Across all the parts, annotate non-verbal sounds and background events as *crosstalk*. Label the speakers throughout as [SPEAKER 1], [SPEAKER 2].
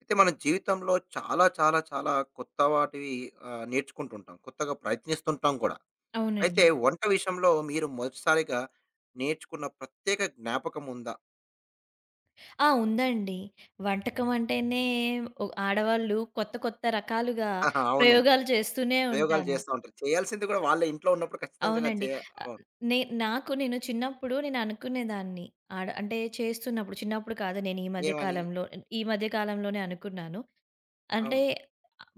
[SPEAKER 1] అయితే మన జీవితంలో చాలా చాలా చాలా కొత్త వాటివి నేర్చుకుంటుంటాం. కొత్తగా ప్రయత్నిస్తుంటాం కూడా. అయితే
[SPEAKER 2] అవునండి.
[SPEAKER 1] వంట విషయంలో మీరు మొదటిసారిగా నేర్చుకున్న ప్రత్యేక జ్ఞాపకం ఉందా?
[SPEAKER 2] ఆ! ఉందండి. వంటకం అంటేనే ఆడవాళ్ళు కొత్త కొత్త రకాలుగా
[SPEAKER 1] ఆహా, అవునండి.
[SPEAKER 2] ప్రయోగాలు చేస్తూనే
[SPEAKER 1] ప్రయోగాలు
[SPEAKER 2] ఉంటాము.
[SPEAKER 1] చేస్తా ఉంటారు. చేయాల్సింది కూడా వాళ్ళే ఇంట్లో ఉన్నప్పుడు ఖచ్చితంగా
[SPEAKER 2] అవునండి. ఆహ్,
[SPEAKER 1] అవును.
[SPEAKER 2] నే నాకు నేను చిన్నప్పుడు నేను అనుకునేదాన్ని. ఆడ అంటే చేస్తున్నప్పుడు చిన్నప్పుడు కాదు నేను ఈ మధ్య
[SPEAKER 1] ఏమని?
[SPEAKER 2] కాలంలో ఈ మధ్య కాలంలోనే అనుకున్నాను. అంటే
[SPEAKER 1] అవును.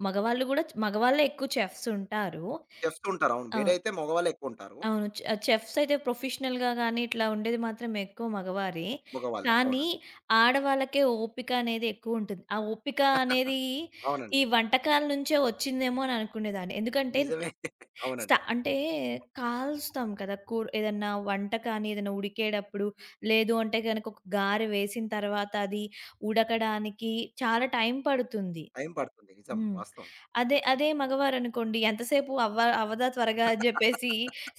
[SPEAKER 2] మగవాళ్ళు గూడా మగవాళ్ళే ఎక్కువ చెఫ్స్ ఉంటారు.
[SPEAKER 1] చెఫ్స్ ఉంటారు. అవును.
[SPEAKER 2] అవును.
[SPEAKER 1] బయటైతే మగవాళ్ళే ఎక్కువుంటారు.
[SPEAKER 2] అవును. చెఫ్స్ అయితే ప్రొఫెషనల్‌గా గాని ఇట్లా ఉండేది మాత్రం ఎక్కువ మగవారే.
[SPEAKER 1] మగవాళ్ళే.
[SPEAKER 2] కానీ
[SPEAKER 1] అవునండి.
[SPEAKER 2] ఆడవాళ్ళకే ఓపిక అనేది ఎక్కువుంటుంది. ఆ ఓపిక
[SPEAKER 1] *laughs*
[SPEAKER 2] అనేది ఈ
[SPEAKER 1] అవునండి.
[SPEAKER 2] వంటకాల నుంచే వచ్చిందేమో అని అనుకునేదాన్ని. ఎందుకంటే
[SPEAKER 1] నిజమే.
[SPEAKER 2] స్ట
[SPEAKER 1] అవునండి.
[SPEAKER 2] అంటే కాలుస్తాం కదా! కూర ఏదన్నా వంట కానీ ఏదైనా ఉడికేటప్పుడు లేదు అంటే గనక ఒక గారె వేసిన తర్వాత అది ఉడకడానికి చాలా టైం పడుతుంది.
[SPEAKER 1] టైం పడుతుంది. నిజం.
[SPEAKER 2] హ్మ్.
[SPEAKER 1] వాస్తవం.
[SPEAKER 2] అదే, అదే మగవారనుకోండి ఎంతసేపు అవ్వ అవ్వదా త్వరగా అని జెప్పేసి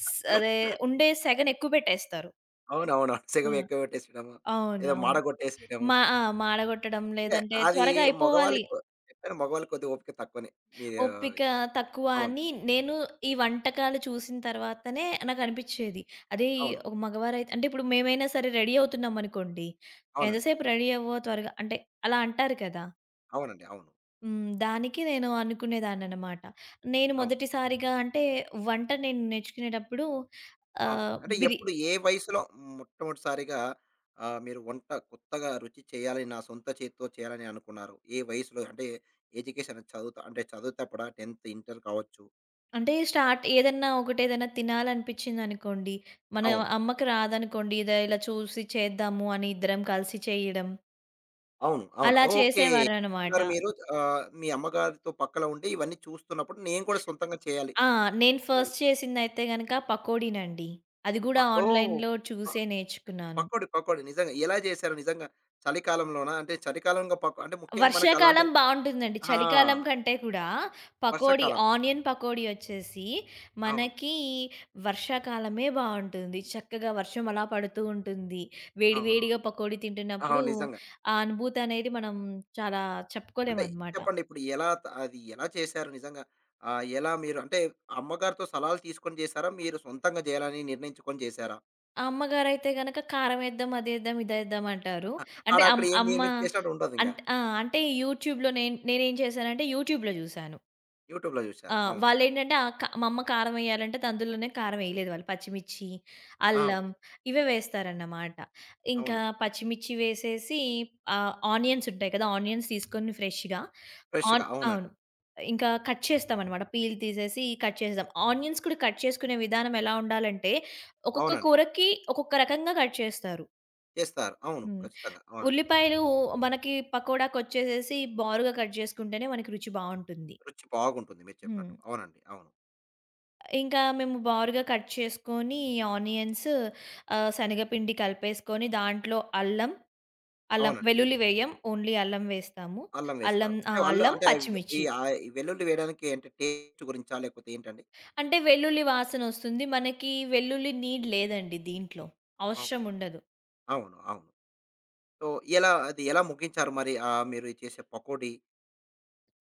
[SPEAKER 2] అదే ఉండే సెగనెక్కువ పెట్టేస్తారు.
[SPEAKER 1] అవునవునవును. సెగ
[SPEAKER 2] ఆ!
[SPEAKER 1] ఎక్కువ పెట్టేసేయడము. ఏదో మాడ
[SPEAKER 2] అవునవును.
[SPEAKER 1] గొట్టేసేయడము.
[SPEAKER 2] మా ఆ! మాడగొట్టడం
[SPEAKER 1] అంటే
[SPEAKER 2] లేదంటే
[SPEAKER 1] అది
[SPEAKER 2] త్వరగా అయిపోవాలి.
[SPEAKER 1] మగవాళ్ళకి చెప్పాను మగవాళ్ళకి కొద్దిగా ఓపిక తక్కువనే. మీరు
[SPEAKER 2] ఓపిక తక్కువ
[SPEAKER 1] అవును.
[SPEAKER 2] అని నేను ఈ వంటకాలు చూసిన తర్వాతనే నాకనిపిచ్చేది. అదే ఈ
[SPEAKER 1] అవును.
[SPEAKER 2] ఒక మగవారైతే అంటే ఇప్పుడు మేమైనా సరే రెడీ అవుతున్నామనుకోండి
[SPEAKER 1] అవునండి.
[SPEAKER 2] ఎంతసేపు రెడీ అవ్వో త్వరగా అంటే అలా అంటారు కదా!
[SPEAKER 1] అవునండి. అవును.
[SPEAKER 2] హ్మ్. దానికి నేను అనుకునేదాన్ననమాట. నేను
[SPEAKER 1] అవును.
[SPEAKER 2] మొదటిసారిగా అంటే వంట నేను నేర్చుకునేటప్పుడు
[SPEAKER 1] అవును.
[SPEAKER 2] ఆహ్,
[SPEAKER 1] అంటే
[SPEAKER 2] బిరి
[SPEAKER 1] ఎప్పుడు ఏ వయసులో మొట్టమొదటిసారిగా మీరు వంట కొత్తగా రుచి చేయాలని నా సొంత చేతితో చేయాలని అనుకున్నారు? ఏ వయసులో అంటే ఎడ్యుకేషన్ చదువుతా అంటే చదువుతప్పుడా 10th, ఇంటర్ కావచ్చు.
[SPEAKER 2] అంటే స్టార్ట్ ఏదన్నా ఒకటేదన్నా తినాలనిపించిందనుకోండి, మన
[SPEAKER 1] అవును.
[SPEAKER 2] అమ్మకి రాదనుకోండి, ఇదా ఇలా చూసి చేద్దాము అని ఇద్దరం కలిసి చేయడం,
[SPEAKER 1] అవును. అవును.
[SPEAKER 2] అలా
[SPEAKER 1] ఓకే.
[SPEAKER 2] చేసేవారనమాట.
[SPEAKER 1] గారు మీరు మీ అమ్మగారితో పక్కన ఉండి ఇవన్నీ చూస్తున్నప్పుడు నేను కూడా సొంతంగా చేయాలి.
[SPEAKER 2] ఆ! నేను ఫస్ట్ చేసిందయితే గనక పకోడీనండి. అది గూడా
[SPEAKER 1] ఓహ్!
[SPEAKER 2] ఆన్‌లైన్‌లో
[SPEAKER 1] ప
[SPEAKER 2] చూసే నేర్చుకున్నాను.
[SPEAKER 1] పకోడీ, పకోడీ. నిజంగా ఎలా చేశారు నిజంగా? చలికాలంలోనా? అంటే చలికాలంలో అంటే ముఖ్యంగా మనకు అలాంటి
[SPEAKER 2] వర్షాకాలం బావుంటుందండి.
[SPEAKER 1] ఆ!
[SPEAKER 2] చలికాలం కంటే కూడా పకోడీ,
[SPEAKER 1] వర్షాకాలం.
[SPEAKER 2] ఆనియన్ పకోడీ వచ్చేసి
[SPEAKER 1] అవును.
[SPEAKER 2] మనకి వర్షాకాలమే బావుంటుంది. చక్కగా వర్షం అలా పడుతూ ఉంటుంది. వేడి
[SPEAKER 1] అవును.
[SPEAKER 2] వేడిగా పకోడీ తింటున్నప్పుడు
[SPEAKER 1] అవును. నిజంగా.
[SPEAKER 2] ఆ అనుభూతి అనేది మనం చాలా
[SPEAKER 1] అంటే
[SPEAKER 2] చెప్పుకోలేమనమాట.
[SPEAKER 1] చెప్పండి ఇప్పుడు ఎలా అది ఎలా చేశారు నిజంగా? ఎలా మీరు అంటే అమ్మగారితో సలహాలు తీసుకొని చేశారా? మీరు సొంతంగా చేయాలని నిర్ణయించుకొని చేశారా?
[SPEAKER 2] ఆ అమ్మగారైతే గనక కారం ఏద్దాం, అదేద్దాం, ఇదేద్దాం అంటారు.
[SPEAKER 1] ఆడ
[SPEAKER 2] అంటే
[SPEAKER 1] అక్కడ
[SPEAKER 2] అమ్
[SPEAKER 1] ఏం మీ
[SPEAKER 2] అమ్మ
[SPEAKER 1] మీరు చేసినట్టు ఉండదింక.
[SPEAKER 2] అంట్ ఆ! అంటే యూట్యూబ్‌లో నేనేం చేశానంటే యూట్యూబ్‌లో జూసాను.
[SPEAKER 1] యూట్యూబ్‌లో చూసారు.
[SPEAKER 2] ఆ!
[SPEAKER 1] అవును.
[SPEAKER 2] వాళ్ళేంటంటే ఆహ్, క మా అమ్మ కారం ఎయ్యాలంటే అందులోనే కారం ఎయలేదు వాళ్ళు. పచ్చిమిర్చి,
[SPEAKER 1] అవును.
[SPEAKER 2] అల్లం ఇవే వేస్తారన్నమాట. ఇంకా
[SPEAKER 1] అవునండి.
[SPEAKER 2] పచ్చిమిర్చి వేసేసి ఆనియన్స్ ఉంటాయి కదా! ఆనియన్స్ తీసుకొని ఫ్రెష్‌గా
[SPEAKER 1] ఫ్రెష్‌గా
[SPEAKER 2] ఆన్
[SPEAKER 1] అవునండి.
[SPEAKER 2] అవును. ఇంకా కట్ చేస్తామన్నమాట. పీల్ తీసేసి కట్ చేసేస్తాం. ఆనియన్స్ కూడా కట్ చేసుకునే విధానం ఎలా ఉండాలంటే, ఒక్కొక్క
[SPEAKER 1] అవునండి.
[SPEAKER 2] కూరకి ఒక్కొక్క రకంగా కట్ చేస్తారు.
[SPEAKER 1] చేస్తారు. అవును.
[SPEAKER 2] హ్మ్.
[SPEAKER 1] ఖచ్చితంగా. అవునండి.
[SPEAKER 2] ఉల్లిపాయలు మనకి పకోడాకొచ్చేసేసి బారుగా కట్ చేసుకుంటేనే మనకి రుచి బావుంటుంది.
[SPEAKER 1] రుచి బాగుంటుంది మీరు
[SPEAKER 2] హ్మ్.
[SPEAKER 1] చెప్పినట్టు. అవునండి. అవును.
[SPEAKER 2] ఇంకా మేము బారుగా కట్ చేసుకొని ఆనియన్స్ శనగపిండి కలిపేసుకొని దాంట్లో అల్లం, అల్లం
[SPEAKER 1] అవునండి.
[SPEAKER 2] వెల్లుల్లి వేయం. ఓన్లీ అల్లం వేస్తాము.
[SPEAKER 1] అల్లం
[SPEAKER 2] అల్లం
[SPEAKER 1] వేస్తారు.
[SPEAKER 2] ఆ!
[SPEAKER 1] అంటే అల్లు
[SPEAKER 2] అల్లం,
[SPEAKER 1] అంటే ఈ
[SPEAKER 2] పచ్చిమిర్చి.
[SPEAKER 1] ఆహ్, ఈ వెల్లుల్లి వేయడానికి అంటే టేస్ట్ గురించా? లేకపోతే ఏంటండి?
[SPEAKER 2] అంటే వెల్లుల్లి వాసనొస్తుంది. మనకి వెల్లుల్లి నీడ్ లేదండి దీంట్లో.
[SPEAKER 1] ఓకే.
[SPEAKER 2] అవసరం ఉండదు.
[SPEAKER 1] అవును. అవును. సో, ఎలా అది ఎలా ముగించారు మరి? మీరు చేసే పకోడీ?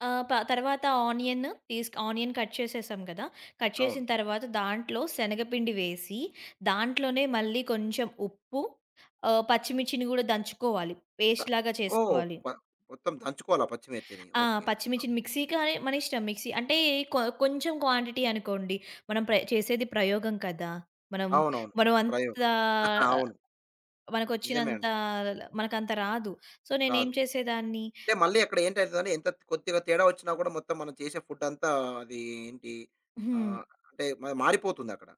[SPEAKER 2] ఆహ్, ప తర్వాత ఆనియన్ కట్ చేసేసాం కదా! కట్
[SPEAKER 1] అవును.
[SPEAKER 2] చేసిన తర్వాత దాంట్లో శనగపిండి వేసి, దాంట్లోనే మళ్ళీ కొంచెం ఉప్పు, పచ్చిమిర్చిని కూడా దంచుకోవాలి.
[SPEAKER 1] త
[SPEAKER 2] పేస్ట్‌లాగా
[SPEAKER 1] ఓహ్!
[SPEAKER 2] చేసుకోవాలి.
[SPEAKER 1] మొత్తం దంచుకోవాలా పచ్చిమిర్చిని?
[SPEAKER 2] ఆ!
[SPEAKER 1] ఓకే. ఆ!
[SPEAKER 2] పచ్చిమిర్చిని మిక్సీ కానీ మన ఇష్టం మిక్సీ. అంటే కొంచెం క్వాంటిటీ అనుకోండి. మనం చేసేది ప్రయోగం కదా! మనం
[SPEAKER 1] అవునవును.
[SPEAKER 2] మనం అంత
[SPEAKER 1] ప్రయోగం. *laughs* అవును. నిజమే
[SPEAKER 2] మనకొచ్చినంత
[SPEAKER 1] అండి.
[SPEAKER 2] మనకంత రాదు. సో, నేనేం
[SPEAKER 1] రాదు.
[SPEAKER 2] చేసేదాన్ని
[SPEAKER 1] అంటే మళ్ళీ అక్కడ ఏంటైతదంటే ఎంత కొద్దిగా తేడా వచ్చినా కూడా మొత్తం మనం చేసే ఫుడ్ అంతా అది ఏంటి
[SPEAKER 2] హ్మ్.
[SPEAKER 1] ఆహ్, అంటే మారిపోతుందక్కడ.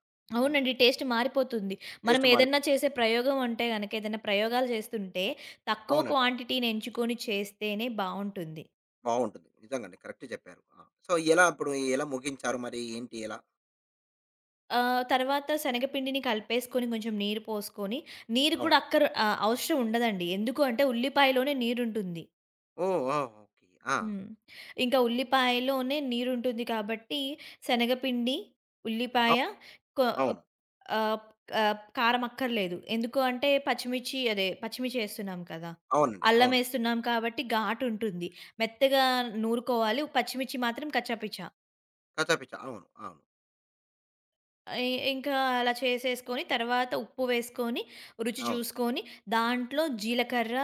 [SPEAKER 1] అవును.
[SPEAKER 2] అవునండి. టేస్ట్ మారిపోతుంది. మనం
[SPEAKER 1] టేస్ట్ మారి
[SPEAKER 2] ఏదన్నా చేసే ప్రయోగం అంటే గనక ఏదైనా ప్రయోగాలు చేస్తుంటే తక్కువ
[SPEAKER 1] అవునండి.
[SPEAKER 2] క్వాంటిటీని ఎంచుకొని చేస్తేనే బావుంటుంది.
[SPEAKER 1] బావుంటుంది. నిజంగానే కరెక్ట్ చెప్పారు. ఆ! సో, ఎలా అప్పుడు ఎలా ముగించారు మరి? ఏంటి ఎలా?
[SPEAKER 2] తర్వాత శనగపిండిని కలిపేసుకొని కొంచెం నీరు పోసుకొని, నీరు
[SPEAKER 1] అవును.
[SPEAKER 2] కూడా అవసరం ఉండదండి. ఎందుకు అంటే ఉల్లిపాయలోనే నీరుంటుంది.
[SPEAKER 1] ఓహ్! ఓహ్! ఓకే. ఆ!
[SPEAKER 2] హ్మ్. ఇంకా ఉల్లిపాయలోనే నీరుంటుంది కాబట్టి, శనగపిండి, ఉల్లిపాయ
[SPEAKER 1] అవ్
[SPEAKER 2] కొ
[SPEAKER 1] అవును.
[SPEAKER 2] ఆహ్, కారం అక్కర్లేదు. ఎందుకు అంటే పచ్చిమిర్చి అదే పచ్చిమిర్చి ఏస్తున్నాం కదా!
[SPEAKER 1] అవునండి.
[SPEAKER 2] అల్లం
[SPEAKER 1] అవును.
[SPEAKER 2] ఏస్తున్నాం కాబట్టి ఘాటుంటుంది. మెత్తగా నూరుకోవాలి. పచ్చిమిర్చి మాత్రం కచ్చాపిచ్చా.
[SPEAKER 1] కచ్చాపిచ్చా. అవును. అవును.
[SPEAKER 2] ఇ ఇంకా అలా చేసేసుకొని, తర్వాత ఉప్పు వేసుకొని, రుచి
[SPEAKER 1] అవును.
[SPEAKER 2] చూసుకొని, దాంట్లో జీలకర్ర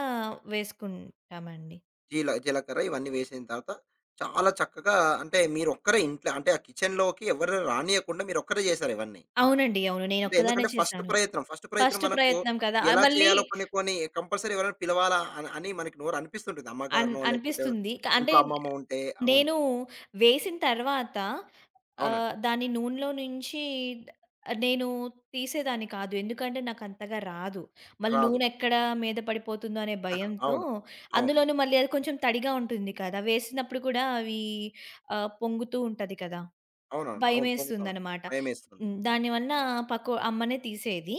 [SPEAKER 2] వేసుకుంటామండి.
[SPEAKER 1] జీల జీలకర్ర ఇవన్నీ వేసిన తర్వాత చాలా చక్కగా అంటే మీరొక్కరే ఇంట్లో అంటే ఆ కిచెన్‌లోకి ఎవరు రానీయకుండా మీరొక్కరే చేసారు ఇవన్నీ.
[SPEAKER 2] అవునండి. అవును.
[SPEAKER 1] అంటే
[SPEAKER 2] నేనొక్కదాన్నే
[SPEAKER 1] ఎందుకంటే ఫస్ట్
[SPEAKER 2] చేశాను.
[SPEAKER 1] ప్రయత్నం. ఫస్ట్ ప్రయత్నం
[SPEAKER 2] ఫస్ట్
[SPEAKER 1] మనకు
[SPEAKER 2] ప్రయత్నం కదా!
[SPEAKER 1] ఎలా
[SPEAKER 2] మళ్ళీ
[SPEAKER 1] చేయాలో కొన్ని కొన్ని కంపల్సరీ ఎవరైనా పిలవాలా అని అని మనకి నోరు అనిపిస్తుంటుంది.
[SPEAKER 2] అన్
[SPEAKER 1] అమ్మగారినో లేకపోతే
[SPEAKER 2] అనిపిస్తుంది. అంటే
[SPEAKER 1] ఇంట్లో అమ్మమ్మ ఉంటే అవును.
[SPEAKER 2] నేను వేసిన తర్వాత
[SPEAKER 1] అవునండి.
[SPEAKER 2] దాన్ని నూనెలో నుంచి నేను తీసేదాన్ని కాదు. ఎందుకంటే నాకంతగా రాదు. మళ్ళీ
[SPEAKER 1] రాదు.
[SPEAKER 2] నూనె ఎక్కడ మీద పడిపోతుందో అనే
[SPEAKER 1] *laughs* ఆహా,
[SPEAKER 2] భయంతో
[SPEAKER 1] అవును. అవును.
[SPEAKER 2] అందులోనూ మళ్ళీ అది కొంచెం తడిగా ఉంటుంది కదా! వేసినప్పుడు కూడా అవి పొంగుతూ ఉంటది కదా!
[SPEAKER 1] అవునవును. అవును. పొంగుతా ఉంటుంది.
[SPEAKER 2] భయమేస్తుందనమాట.
[SPEAKER 1] భయమేస్తుంది.
[SPEAKER 2] హ్మ్. దానివల్ల పక్కో అమ్మనే తీసేది.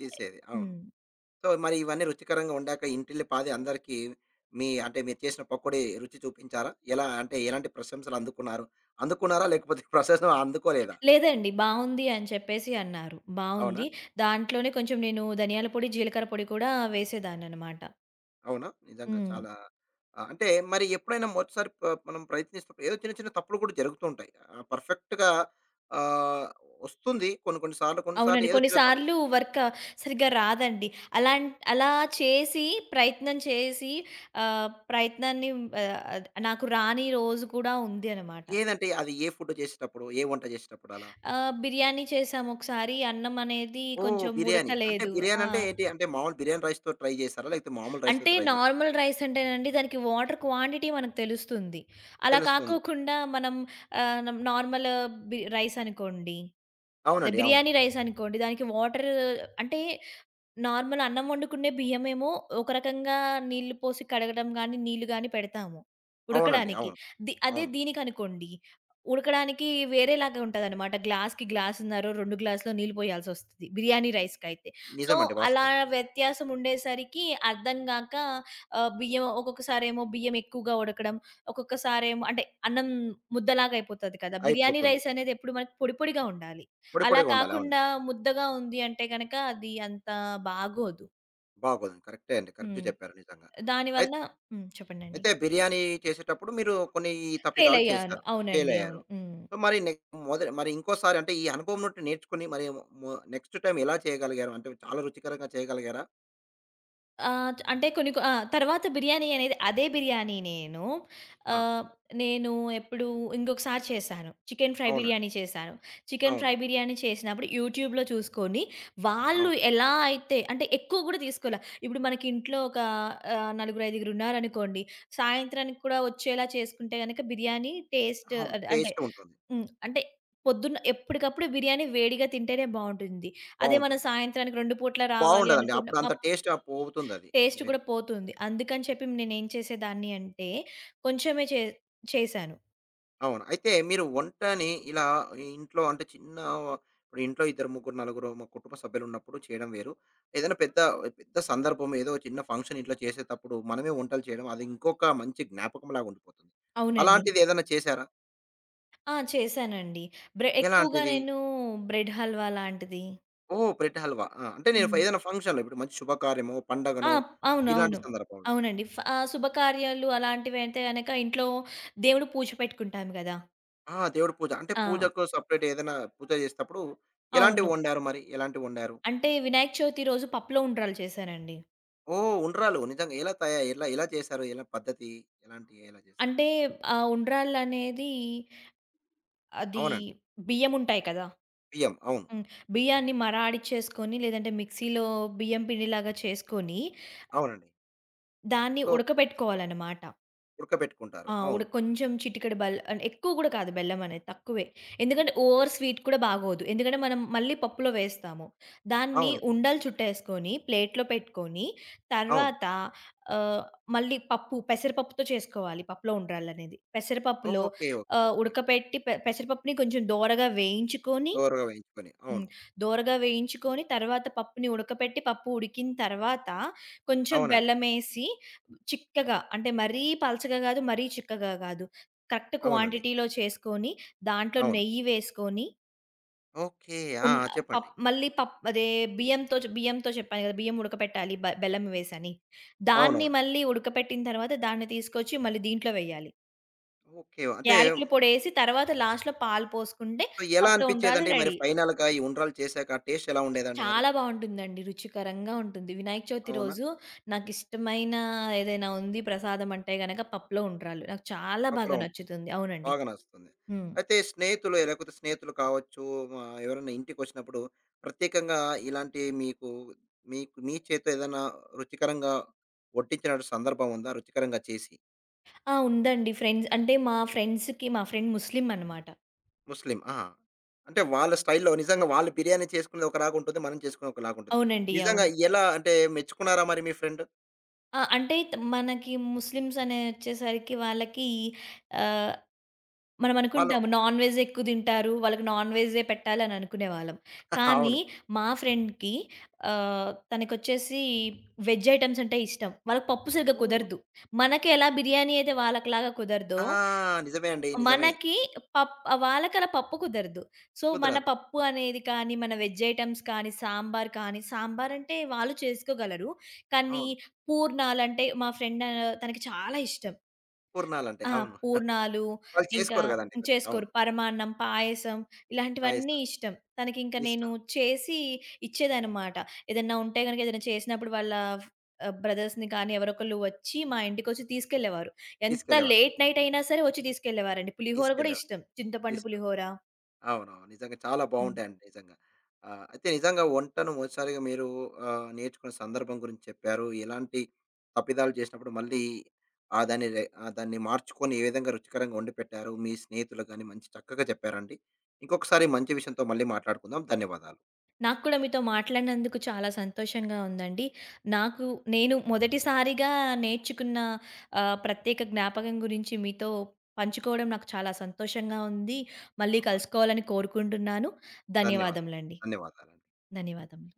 [SPEAKER 1] తీసేది. అవును.
[SPEAKER 2] హ్మ్.
[SPEAKER 1] సో, మరి ఇవన్నీ రుచికరంగా వండాక ఇంటిల్లిపాది అందరికీ మీ అంటే మీరు చేసిన పకోడీ రుచి చూపించారా? ఎలా అంటే ఎలాంటి ప్రశంసలు అందుకున్నారు? అందుకున్నారా? లేకపోతే *laughs* ప్రశంసలు అందుకోలేదా?
[SPEAKER 2] లేదండి. బావుంది అని చెప్పేసి అన్నారు.
[SPEAKER 1] అవునా?
[SPEAKER 2] బావుంది. దాంట్లోనే కొంచెం నేను ధనియాల పొడి, జీలకర్ర పొడి కూడా వేసేదాన్ననమాట.
[SPEAKER 1] అవునా? నిజంగా
[SPEAKER 2] హ్మ్.
[SPEAKER 1] చాలా అంటే మరి ఎప్పుడైనా మొదటిసారి మనం ప్రయత్నిస్తున్నప్పుడు ఏదో చిన్న చిన్న తప్పులు కూడా జరుగుతూ ఉంటాయి. పర్ఫెక్ట్‌గా ఆహ్, వస్తుంది కొన్ని కొన్ని సార్లు. కొన్ని సార్లు
[SPEAKER 2] అవునండి.
[SPEAKER 1] ఏదో
[SPEAKER 2] కొన్ని
[SPEAKER 1] చిన్న తప్పు.
[SPEAKER 2] సార్లు వర్క్ సరిగ్గా రాదండి. అలాన్ అలా చేసి ప్రయత్నం చేసి ఆహ్, ప్రయత్నాన్ని ఆహ్, అద్ నాకు రాని రోజు కూడా ఉంది అనమాట.
[SPEAKER 1] ఏదంటే అది ఏ ఫుడ్ చేసేటప్పుడు? ఏ వంట చేసేటప్పుడు అలా?
[SPEAKER 2] బిర్యానీ చేసాము ఒకసారి. అన్నం అనేది
[SPEAKER 1] ఓహ్!
[SPEAKER 2] కొంచెం
[SPEAKER 1] బిర్యానీ. అంటే
[SPEAKER 2] ఉడకలేదు.
[SPEAKER 1] బిర్యానీ
[SPEAKER 2] ఆ!
[SPEAKER 1] అంటే ఏంటి? అంటే మామూలు బిర్యానీ రైస్‌తో ట్రై చేసారా? లేకపోతే మామూలు రైస్‌తో
[SPEAKER 2] అంటే
[SPEAKER 1] ట్రై చేసారా?
[SPEAKER 2] నార్మల్ రైస్ అంటేనండి దానికి వాటర్ క్వాంటిటీ మనకు తెలుస్తుంది. అలా
[SPEAKER 1] తెలుస్తుంది.
[SPEAKER 2] కాకోకుండా మనం ఆహ్, నం నార్మల్ బి రైస్ అనుకోండి. అదే
[SPEAKER 1] అవునండి. అవును.
[SPEAKER 2] బిర్యానీ రైస్ అనుకోండి దానికి వాటర్ అంటే నార్మల్ అన్నం వండుకునే బియ్యమేమో ఒక రకంగా నీళ్లు పోసి కడగడం గాని, నీళ్లు గాని పెడతాము
[SPEAKER 1] అవునండి.
[SPEAKER 2] ఉడకడానికి.
[SPEAKER 1] అవును.
[SPEAKER 2] అదే
[SPEAKER 1] అవును.
[SPEAKER 2] దీనికనుకోండి, ఉడకడానికి వేరేలాగా ఉంటదనమాట. గ్లాస్‌కి గ్లాసున్నరో, 2 గ్లాసులో నీళ్ళు పోయాల్సొస్తది. బిర్యానీ రైస్‌కైతే. సో,
[SPEAKER 1] నిజమండి.
[SPEAKER 2] అలా
[SPEAKER 1] వాస్తవం.
[SPEAKER 2] వ్యత్యాసం ఉండేసరికి అర్థం గాక బియ్యం ఒక్కొక్కసారేమో బియ్యం ఎక్కువగా ఉడకడం, ఒక్కొక్కసారేమో అంటే అన్నం ముద్దలాగా అయిపోతది కదా! బిర్యానీ
[SPEAKER 1] అయిపోతుంది.
[SPEAKER 2] రైస్ అనేది ఎప్పుడు మనకి పొడి పొడిగా ఉండాలి.
[SPEAKER 1] పొడి
[SPEAKER 2] అలా
[SPEAKER 1] పొడిగా ఉండాలి. అవును.
[SPEAKER 2] కాకుండా ముద్దగా ఉంది అంటే గనక అది అంత బాగోదు.
[SPEAKER 1] బాగోదు. కరెక్టే అండి. కరెక్ట్
[SPEAKER 2] హ్మ్.
[SPEAKER 1] చెప్పారు నిజంగా. అయి
[SPEAKER 2] దానివల్ల హ్మ్. చెప్పండండి.
[SPEAKER 1] అయితే బిర్యానీ చేసేటప్పుడు మీరు కొన్ని తప్పిదాలు
[SPEAKER 2] ఫెయిలయ్యారు.
[SPEAKER 1] చేశారు. ఫెయిల్
[SPEAKER 2] అవునండి.
[SPEAKER 1] అయ్యారు.
[SPEAKER 2] అవును. హ్మ్.
[SPEAKER 1] సో, మరి నె మొద మరి ఇంకోసారి అంటే ఈ అనుభవం నుండి నేర్చుకొని మరి నెక్స్ట్ టైమ్ ఎలా చేయగలిగారు? అంటే చాలా రుచికరంగా చేయగలిగారా?
[SPEAKER 2] ఆ! అంటే కొన్ని కొ ఆ! తర్వాత బిర్యానీ అనేది అదే బిర్యానీ నేను
[SPEAKER 1] ఆ!
[SPEAKER 2] ఆహ్, నేను ఎప్పుడు ఇంకొకసారి చేశాను. చికెన్ ఫ్రై
[SPEAKER 1] అవునండి.
[SPEAKER 2] బిర్యానీ చేశాను. చికెన్
[SPEAKER 1] అవును.
[SPEAKER 2] ఫ్రై బిర్యానీ చేసినప్పుడు యూట్యూబ్‌లో చూసుకొని, వాళ్ళు
[SPEAKER 1] అవును.
[SPEAKER 2] ఎలా అయితే అంటే ఎక్కువ కూడా తీసుకోలే. ఇప్పుడు మనకి ఇంట్లో ఒక నలుగురు, ఐదుగురు ఉన్నారనుకోండి. సాయంత్రానికి కూడా వచ్చేలా చేసుకుంటే గనక బిర్యానీ టేస్ట్
[SPEAKER 1] అవును.
[SPEAKER 2] అద్ అంటే
[SPEAKER 1] టేస్ట్ ఉంటుంది.
[SPEAKER 2] హ్మ్. అంటే పొద్దున్న ఎప్పటికప్పుడు బిర్యానీ వేడిగా తింటేనే బావుంటుంది. అదే మనం
[SPEAKER 1] బావుంటుంది.
[SPEAKER 2] సాయంత్రానికి 2 పూటలా రావాలి
[SPEAKER 1] బావుండదండి.
[SPEAKER 2] అనుకున్న
[SPEAKER 1] అప్పుడు అంత
[SPEAKER 2] అప్
[SPEAKER 1] టేస్ట్ పోతుందది.
[SPEAKER 2] టేస్ట్
[SPEAKER 1] మీరు
[SPEAKER 2] కూడా పోతుంది. అందుకని చెప్పి నేనేం చేసేదాన్ని అంటే, కొంచెమే చే చేశాను.
[SPEAKER 1] అవును. అయితే మీరు వంటని ఇలా ఇంట్లో అంటే చిన్న ఇప్పుడు ఇంట్లో ఇద్దరు, ముగ్గురు, నలుగురు కుటుంబ సభ్యులున్నప్పుడు చేయడం వేరు. ఏదైనా పెద్ద పెద్ద సందర్భం ఏదో చిన్న ఫంక్షన్ ఇంట్లో చేసేటప్పుడు మనమే వంటలు చేయడం అది ఇంకొక మంచి జ్ఞాపకంలాగా ఉండిపోతుంది.
[SPEAKER 2] అవునండి.
[SPEAKER 1] అలాంటిది ఏదైనా చేశారా?
[SPEAKER 2] ఆ! చేశానండి. ఎక్కువగా
[SPEAKER 1] ఎలాంటిది?
[SPEAKER 2] నేను బ్రెడ్ హల్వా లాంటిది.
[SPEAKER 1] ఓహ్! బ్రెడ్ హల్వా. ఆ! అంటే నేను
[SPEAKER 2] హ్మ్.
[SPEAKER 1] ఏదైనా ఫంక్షన్‌లో ఇప్పుడు మంచి శుభకార్యమో,
[SPEAKER 2] ఆ!
[SPEAKER 1] పండగనో ఇలాంటి
[SPEAKER 2] అవునవును.
[SPEAKER 1] సందర్భంలో.
[SPEAKER 2] అవునండి. శుభకార్యాలు అలాంటివైతే గనక ఇంట్లో దేవుడు పూజ పెట్టుకుంటాం గదా!
[SPEAKER 1] ఆ! దేవుడి పూజ. అంటే
[SPEAKER 2] ఆ!
[SPEAKER 1] పూజకు సెపరేట్ ఏదైనా పూజ చేసేటప్పుడు ఎలాంటివి
[SPEAKER 2] అవును.
[SPEAKER 1] వండారు మరి? ఎలాంటివి వండారు?
[SPEAKER 2] అంటే వినాయక చవితి రోజు పప్పులో ఉండ్రాలు చేశానండి.
[SPEAKER 1] ఓహ్! ఉండ్రాలు. నిజంగా ఎలా ఎలా ఎలా చేశారు? ఎలా పద్ధతి? ఎలాంటి ఎలా చేశారు?
[SPEAKER 2] అంటే ఆ ఉండ్రాళ్ళనేది అది
[SPEAKER 1] అవునండి.
[SPEAKER 2] బియ్యం ఉంటాయి కదా!
[SPEAKER 1] బియ్యం. అవును.
[SPEAKER 2] హ్మ్. బియ్యాన్ని మరాడిచ్చేసుకొని లేదంటే మిక్సీలో బియ్యం పిండిలాగా చేసుకొని,
[SPEAKER 1] అవునండి.
[SPEAKER 2] దాన్ని
[SPEAKER 1] సో,
[SPEAKER 2] ఉడకబెట్టుకోవాలనమాట.
[SPEAKER 1] ఉడకబెట్టుకుంటారు.
[SPEAKER 2] ఆ!
[SPEAKER 1] అవును.
[SPEAKER 2] ఉడక కొంచెం చిటికెడు బెల్ అంటే ఎక్కువ గూడా కాదు బెల్లమనేది తక్కువే. ఎందుకంటే ఓవర్ స్వీట్ కూడా బాగోదు. ఎందుకంటే మనం మళ్ళీ పప్పులో వేస్తాము. దాన్ని
[SPEAKER 1] అవును.
[SPEAKER 2] ఉండలు చుట్టేసుకొని ప్లేట్‌లో పెట్టుకొని,
[SPEAKER 1] అవును.
[SPEAKER 2] తర్వాత ఆహ్, మళ్ళీ పప్పు పెసరపప్పుతో చేసుకోవాలి పప్పులో ఉండ్రాలనేది. పెసరపప్పులో
[SPEAKER 1] ఓకే. ఓకే. ఓకే.
[SPEAKER 2] ఉడకపెట్టి పెసరపప్పుని కొంచెం దోరగా వేయించుకొని
[SPEAKER 1] దోరగా వేయించుకొని.
[SPEAKER 2] హ్మ్.
[SPEAKER 1] అవును.
[SPEAKER 2] దోరగా వేయించుకొని తర్వాత పప్పుని ఉడకపెట్టి పప్పు ఉడికిన తర్వాత కొంచెం
[SPEAKER 1] అవునండి.
[SPEAKER 2] బెల్లమేసి చిక్కగా అంటే మరీ పలచగా గాదు, మరీ చిక్కగా గాదు. కరెక్ట్
[SPEAKER 1] అవునండి.
[SPEAKER 2] క్వాంటిటీలో చేసుకొని దాంట్లో
[SPEAKER 1] అవును.
[SPEAKER 2] నెయ్యి వేసుకొని
[SPEAKER 1] ఓకే. ఆ!
[SPEAKER 2] ఉన్
[SPEAKER 1] ఆ!
[SPEAKER 2] హ్మ్. పప్
[SPEAKER 1] చెప్పండి.
[SPEAKER 2] మళ్ళీ పప్ అదే బియ్యంతో బియ్యంతో చెప్పాను గదా! బియ్యం ఉడకపెట్టాలి బెల్లం వేసని. దాన్ని
[SPEAKER 1] అవునవును.
[SPEAKER 2] మళ్ళీ ఉడకపెట్టిన తర్వాత దాన్ని తీసుకొచ్చి మళ్ళీ దీంట్లో వేయాలి.
[SPEAKER 1] ఓకే. అంటే
[SPEAKER 2] యాలకుల పొడేసి తర్వాత లాస్ట్‌లో పాలు పోసుకుంటే
[SPEAKER 1] ఎలా
[SPEAKER 2] పప్పుల ఉండ్రాలు
[SPEAKER 1] అనిపిచ్చేదండి మరి
[SPEAKER 2] రెడీ.
[SPEAKER 1] ఫైనల్‌గా ఈ ఉండ్రాలు చేశాక టేస్ట్ ఎలా ఉండేదండి మరి?
[SPEAKER 2] చాలా బావుంటుందండి. రుచికరంగా ఉంటుంది. వినాయక చవితి
[SPEAKER 1] అవునా?
[SPEAKER 2] రోజు నాకిష్టమైన ఏదైనా ఉంది ప్రసాదం అంటే గనక పప్పులో ఉండ్రాళ్ళు. నాకు చాలా
[SPEAKER 1] పప్పులో
[SPEAKER 2] బాగా నచ్చుతుంది. అవునండి.
[SPEAKER 1] బాగా నచ్చుతుంది.
[SPEAKER 2] హ్మ్.
[SPEAKER 1] అయితే స్నేహితులు లేకపోతే స్నేహితులు కావచ్చు, ఎవరైనా ఇంటికొచ్చినప్పుడు ప్రత్యేకంగా ఇలాంటి మీకు, మీకు మీ చేత్తో ఏదైనా రుచికరంగా వడ్డించిన సందర్భం ఉందా? రుచికరంగా చేసి?
[SPEAKER 2] ఆ! ఉందండి. ఫ్రెండ్స్ అంటే మా ఫ్రెండ్స్‌కి మా ఫ్రెండ్ ముస్లిం అనమాట.
[SPEAKER 1] ముస్లిం. ఆ! అంటే వాళ్ళ స్టైల్‌లో నిజంగా వాళ్ళు బిర్యానీ చేసుకునేది ఒకలాగుంటుంది. మనం చేసుకునేది ఒకలాగుంటుంది.
[SPEAKER 2] అవునండి.
[SPEAKER 1] నిజంగా
[SPEAKER 2] అవును.
[SPEAKER 1] ఎలా అంటే మెచ్చుకున్నారా మరి మీ ఫ్రెండ్?
[SPEAKER 2] ఆ! అంటే మనకి ముస్లిమ్స్ అనే వచ్చేసరికి వాళ్ళకి ఆహ్
[SPEAKER 1] వాళ్ళు
[SPEAKER 2] మనమనుకుంటాము నాన్ వెజ్ ఎక్కువ తింటారు. వాళ్ళకి నాన్ వెజ్జే పెట్టాలి అని అనుకునేవాళ్ళం.
[SPEAKER 1] *laughs*
[SPEAKER 2] కానీ
[SPEAKER 1] అవును.
[SPEAKER 2] మా ఫ్రెండ్‌కి తనకొచ్చేసి వెజ్ ఐటెమ్స్ అంటే ఇష్టం. వాళ్ళకి పప్పు సరిగ్గా
[SPEAKER 1] హ్మ్.
[SPEAKER 2] కుదరదు. మనకి ఎలా బిర్యానీ అయితే వాళ్ళకిలాగా కుదరదో,
[SPEAKER 1] ఆ! నిజమే అండి. నిజమే.
[SPEAKER 2] మనకి పప్ వాళ్ళకలా పప్పు కుదరదు. సో, మన
[SPEAKER 1] కుదరదు.
[SPEAKER 2] పప్పు అనేది కానీ, మన వెజ్ ఐటెమ్స్ కానీ, సాంబార్ కానీ, సాంబార్ అంటే వాళ్ళు చేసుకోగలరు. కానీ
[SPEAKER 1] అవును.
[SPEAKER 2] పూర్ణాలంటే మా ఫ్రెండ్ తనకి చాలా ఇష్టం.
[SPEAKER 1] పూర్ణాలంటే.
[SPEAKER 2] ఆ!
[SPEAKER 1] అవును.
[SPEAKER 2] పూర్ణాలు
[SPEAKER 1] వాళ్ళు
[SPEAKER 2] ఇంకా
[SPEAKER 1] చేసుకోరు గదండీ కొద్దిగా. అవును.
[SPEAKER 2] చేసుకోరు. పరమాన్నం, పాయసం ఇలాంటివన్నీ
[SPEAKER 1] పాయసం.
[SPEAKER 2] ఇష్టం. తనకింక నేను
[SPEAKER 1] ఇష్టం.
[SPEAKER 2] చేసి ఇచ్చేదనమాట. ఏదన్నా ఉంటే గనక ఏదైనా చేసినప్పుడు వాళ్ళ ఫ్ బ్రదర్స్‌ని కానీ ఎవరొకళ్ళు వచ్చి మా ఇంటికొచ్చి తీసుకెళ్ళేవారు. ఎంత
[SPEAKER 1] తీసుకెళ్ళేవాళ్ళు.
[SPEAKER 2] లేట్ నైట్ అయినా సరే వచ్చి తీసుకెళ్ళేవారండి. పులిహోర గూడా
[SPEAKER 1] తీసుకెళ్ళడం.
[SPEAKER 2] ఇష్టం. చింతపండు
[SPEAKER 1] ఇష్టం.
[SPEAKER 2] పులిహోర.
[SPEAKER 1] అవునవును. నిజంగా చాలా
[SPEAKER 2] హ్మ్.
[SPEAKER 1] బావుంటాయండి నిజంగా. అయితే నిజంగా వంటను మొదటిసారిగా మీరు నేర్చుకున్న సందర్భం గురించి చెప్పారు. ఎలాంటి తప్పిదాలు చేసినప్పుడు మళ్ళీ దాన్ని దాన్ని మార్చుకొని ఏ విధంగా రుచికరంగా వండిపెట్టారు మీ స్నేహితులకు గాని మంచి చక్కగా చెప్పారండి. ఇంకొకసారి మంచి విషయంతో మళ్ళీ మాట్లాడుకుందాం. ధన్యవాదాలు.
[SPEAKER 2] నాకు కూడా మీతో మాట్లాడినందుకు చాలా సంతోషంగా ఉందండి. నాకు నేను మొదటిసారిగా నేర్చుకున్న ప్రత్యేక జ్ఞాపకం గురించి మీతో పంచుకోవడం నాకు చాలా సంతోషంగా ఉంది. మళ్ళీ
[SPEAKER 1] అవును.
[SPEAKER 2] కలుసుకోవాలని కోరుకుంటున్నాను.
[SPEAKER 1] ధన్యవాదాలు.
[SPEAKER 2] ధన్యవాదములండి.
[SPEAKER 1] ధన్యవాదాలండి.
[SPEAKER 2] ధన్యవాదములు.